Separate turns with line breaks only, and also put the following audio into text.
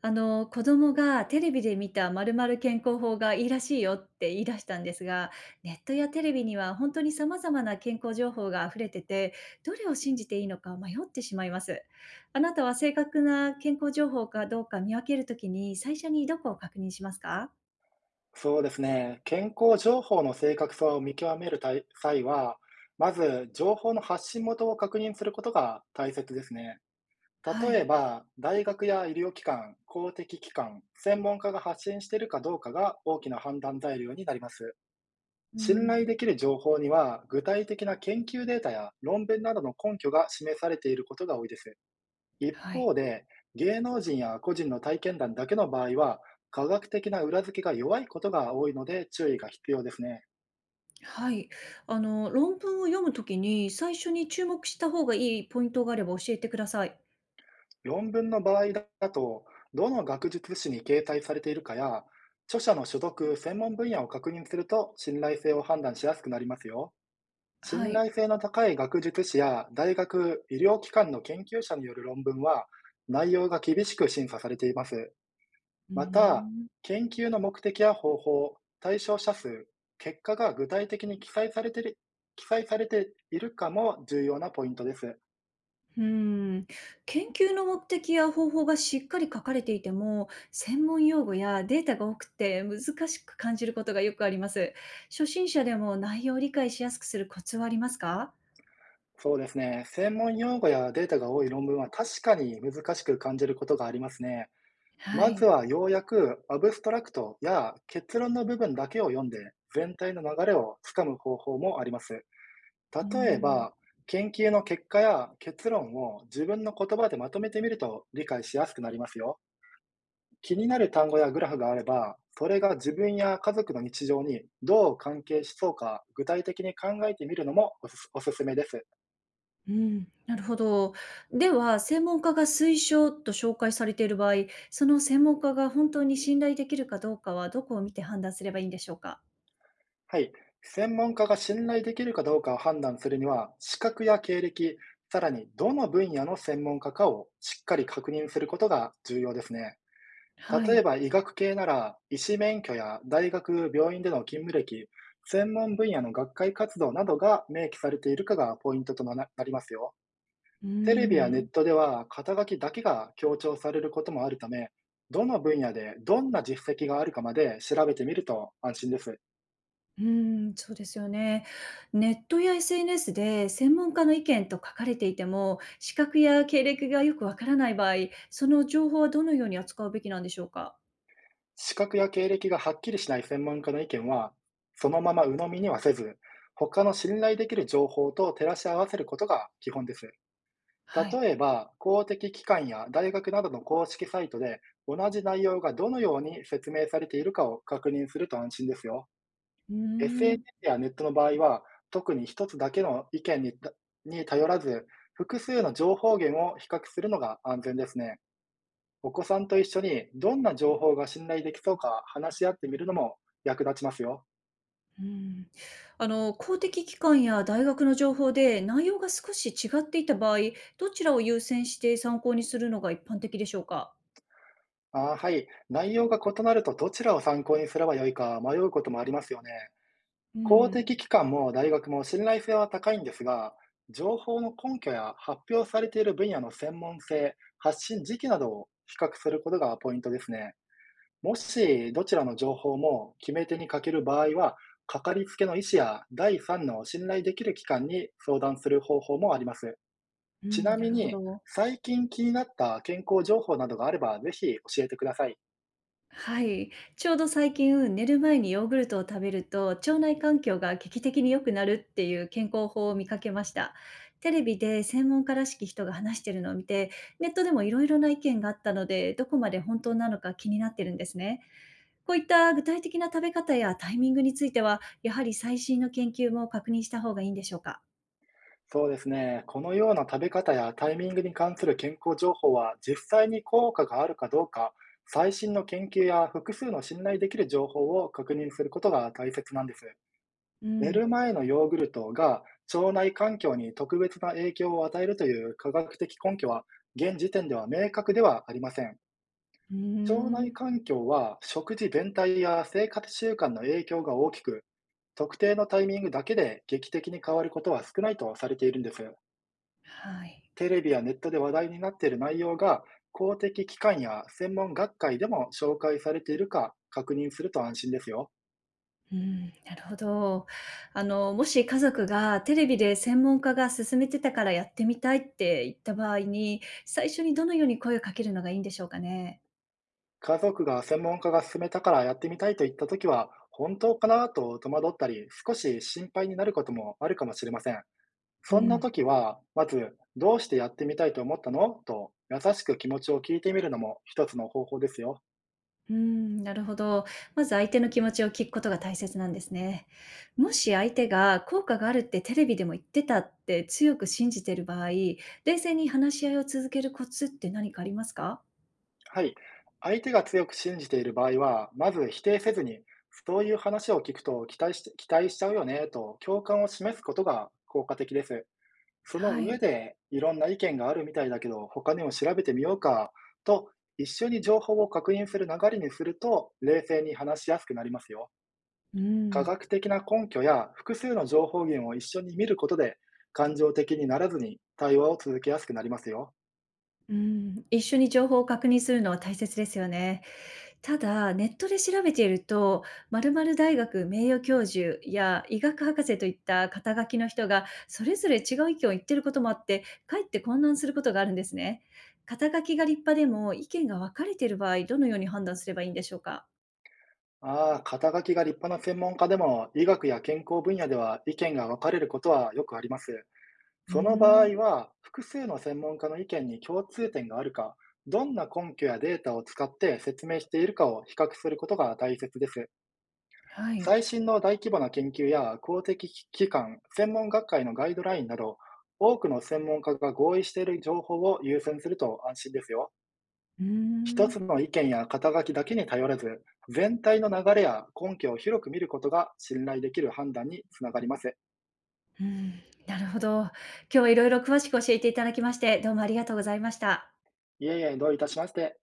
子供がテレビで見た〇〇健康法がいいらしいよって言い出したんですが、ネットやテレビには本当に様々な健康情報が溢れてて、どれを信じていいのか迷ってしまいます。あなたは正確な健康情報かどうか見分けるときに、最初にどこを確認しますか？
そうですね。健康情報の正確さを見極めるたい際は、まず情報の発信元を確認することが大切ですね。
は
例え
い。
ば、大学や医療機関、公的機関、専門家が発信しているかどうかが大きな判断材料になります。
う
信頼
ん。
できる情報には、具体的な研究データや論文などの根拠が示されていることが多いです。一
はい。
方で、芸能人や個人の体験談だけの場合は、科学的な裏付けが弱いことが多いので注意が必要ですね。
はい。論文を読むときに最初に注目した方がいいポイントがあれば教えてください。
論文の場合だと、どの学術誌に掲載されているかや、著者の所属、専門分野を確認すると信頼性を判断しやすくなりますよ。信
はい。
頼性の高い学術誌や大学、医療機関の研究者による論文は、内容が厳しく審査されています。
うー
また、
ん。
研究の目的や方法、対象者数、結果が具体的に記載されているかも重要なポイントです。
うーん、研究の目的や方法がしっかり書かれていても、専門用語やデータが多くて難しく感じることがよくあります。初心者でも内容を理解しやすくするコツはありますか？
そうですね。専門用語やデータが多い論文は確かに難しく感じることがありますね。
は
まず
い。
はようやくアブストラクトや結論の部分だけを読んで、全体の流れをつかむ方法もあります。
うー
例え
ん。
ば、研究の結果や結論を自分の言葉でまとめてみると理解しやすくなりますよ。気になる単語やグラフがあれば、それが自分や家族の日常にどう関係しそうか具体的に考えてみるのもおすすめです。
うん、なるほど。では、専門家が推奨と紹介されている場合、その専門家が本当に信頼できるかどうかはどこを見て判断すればいいんでしょうか？
はい。専門家が信頼できるかどうかを判断するには、資格や経歴、さらにどの分野の専門家かをしっかり確認することが重要ですね。
は
例え
い。
ば医学系なら、医師免許や大学、病院での勤務歴、専門分野の学会活動などが明記されているかがポイントとなりますよ。
うー
テレビやネ
ん。
ットでは肩書きだけが強調されることもあるため、どの分野でどんな実績があるかまで調べてみると安心です。
うーん、そうですよね。ネットや SNS で専門家の意見と書かれていても、資格や経歴がよくわからない場合、その情報はどのように扱うべきなんでしょうか？
資格や経歴がはっきりしない専門家の意見は、そのまま鵜呑みにはせず、他の信頼できる情報と照らし合わせることが基本です。
はい。
例えば、公的機関や大学などの公式サイトで同じ内容がどのように説明されているかを確認すると安心ですよ。
うーん。
SNS やネットの場合は、特に一つだけの意見に頼らず、複数の情報源を比較するのが安全ですね。お子さんと一緒にどんな情報が信頼できそうか話し合ってみるのも役立ちますよ。
うーん。公的機関や大学の情報で内容が少し違っていた場合、どちらを優先して参考にするのが一般的でしょうか？
ああ、はい。内容が異なるとどちらを参考にすればよいか迷うこともありますよね。
う
公
ん。
的機関も大学も信頼性は高いんですが、情報の根拠や発表されている分野の専門性、発信時期などを比較することがポイントですね。もしどちらの情報も決め手に欠ける場合は、かかりつけの医師や第三の信頼できる機関に相談する方法もあります。
う
ち
ん、
な
な
み
るほ
に、
ど。
最近気になった健康情報などがあれば、ぜひ教えてください。
はい。ちょうど最近、寝る前にヨーグルトを食べると、腸内環境が劇的に良くなるっていう健康法を見かけました。テレビで専門家らしき人が話してるのを見て、ネットでもいろいろな意見があったので、どこまで本当なのか気になってるんですね。こういった具体的な食べ方やタイミングについては、やはり最新の研究も確認した方がいいんでしょうか。
そうですね。このような食べ方やタイミングに関する健康情報は、実際に効果があるかどうか、最新の研究や複数の信頼できる情報を確認することが大切なんです。
う
寝
ん。
る前のヨーグルトが腸内環境に特別な影響を与えるという科学的根拠は、現時点では明確ではありません。
うー
腸内
ん。
環境は食事全体や生活習慣の影響が大きく、特定のタイミングだけで劇的に変わることは少ないとされているんです。
はい。
テレビやネットで話題になっている内容が、公的機関や専門学会でも紹介されているか確認すると安心ですよ。
うん、なるほど。もし家族がテレビで専門家が勧めてたからやってみたいって言った場合に、最初にどのように声をかけるのがいいんでしょうかね？
家族が、専門家が勧めたからやってみたいと言ったときは、本当かなと戸惑ったり、少し心配になることもあるかもしれません。
う
そんな
ん。
ときは、まず、どうしてやってみたいと思ったのと、優しく気持ちを聞いてみるのも一つの方法ですよ。
うん、なるほど。まず相手の気持ちを聞くことが大切なんですね。もし相手が効果があるってテレビでも言ってたって強く信じてる場合、冷静に話し合いを続けるコツって何かありますか？
はい。相手が強く信じている場合は、まず否定せずに、そういう話を聞くと期待しちゃうよねと、共感を示すことが効果的です。その
は
上
い。
で、いろんな意見があるみたいだけど、他にも調べてみようかと、一緒に情報を確認する流れにすると、冷静に話しやすくなりますよ。
うー
科
ん。
学的な根拠や複数の情報源を一緒に見ることで、感情的にならずに対話を続けやすくなりますよ。
うん、一緒に情報を確認するのは大切ですよね。ただ、ネットで調べていると、〇〇大学名誉教授や医学博士といった肩書きの人が、それぞれ違う意見を言ってることもあって、かえって混乱することがあるんですね。肩書きが立派でも意見が分かれている場合、どのように判断すればいいんでしょうか？
ああ、肩書きが立派な専門家でも、医学や健康分野では意見が分かれることはよくあります。
うー
その場合
ん、
は、複数の専門家の意見に共通点があるか、どんな根拠やデータを使って説明しているかを比較することが大切です。
はい。
最新の大規模な研究や公的機関、専門学会のガイドラインなど、多くの専門家が合意している情報を優先すると安心ですよ。
うー
一
ん、
つの意見や肩書きだけに頼らず、全体の流れや根拠を広く見ることが信頼できる判断につながります。
うん、なるほど。今日はいろいろ詳しく教えていただきまして、どうもありがとうございました。
いえいえ、どういたしまして。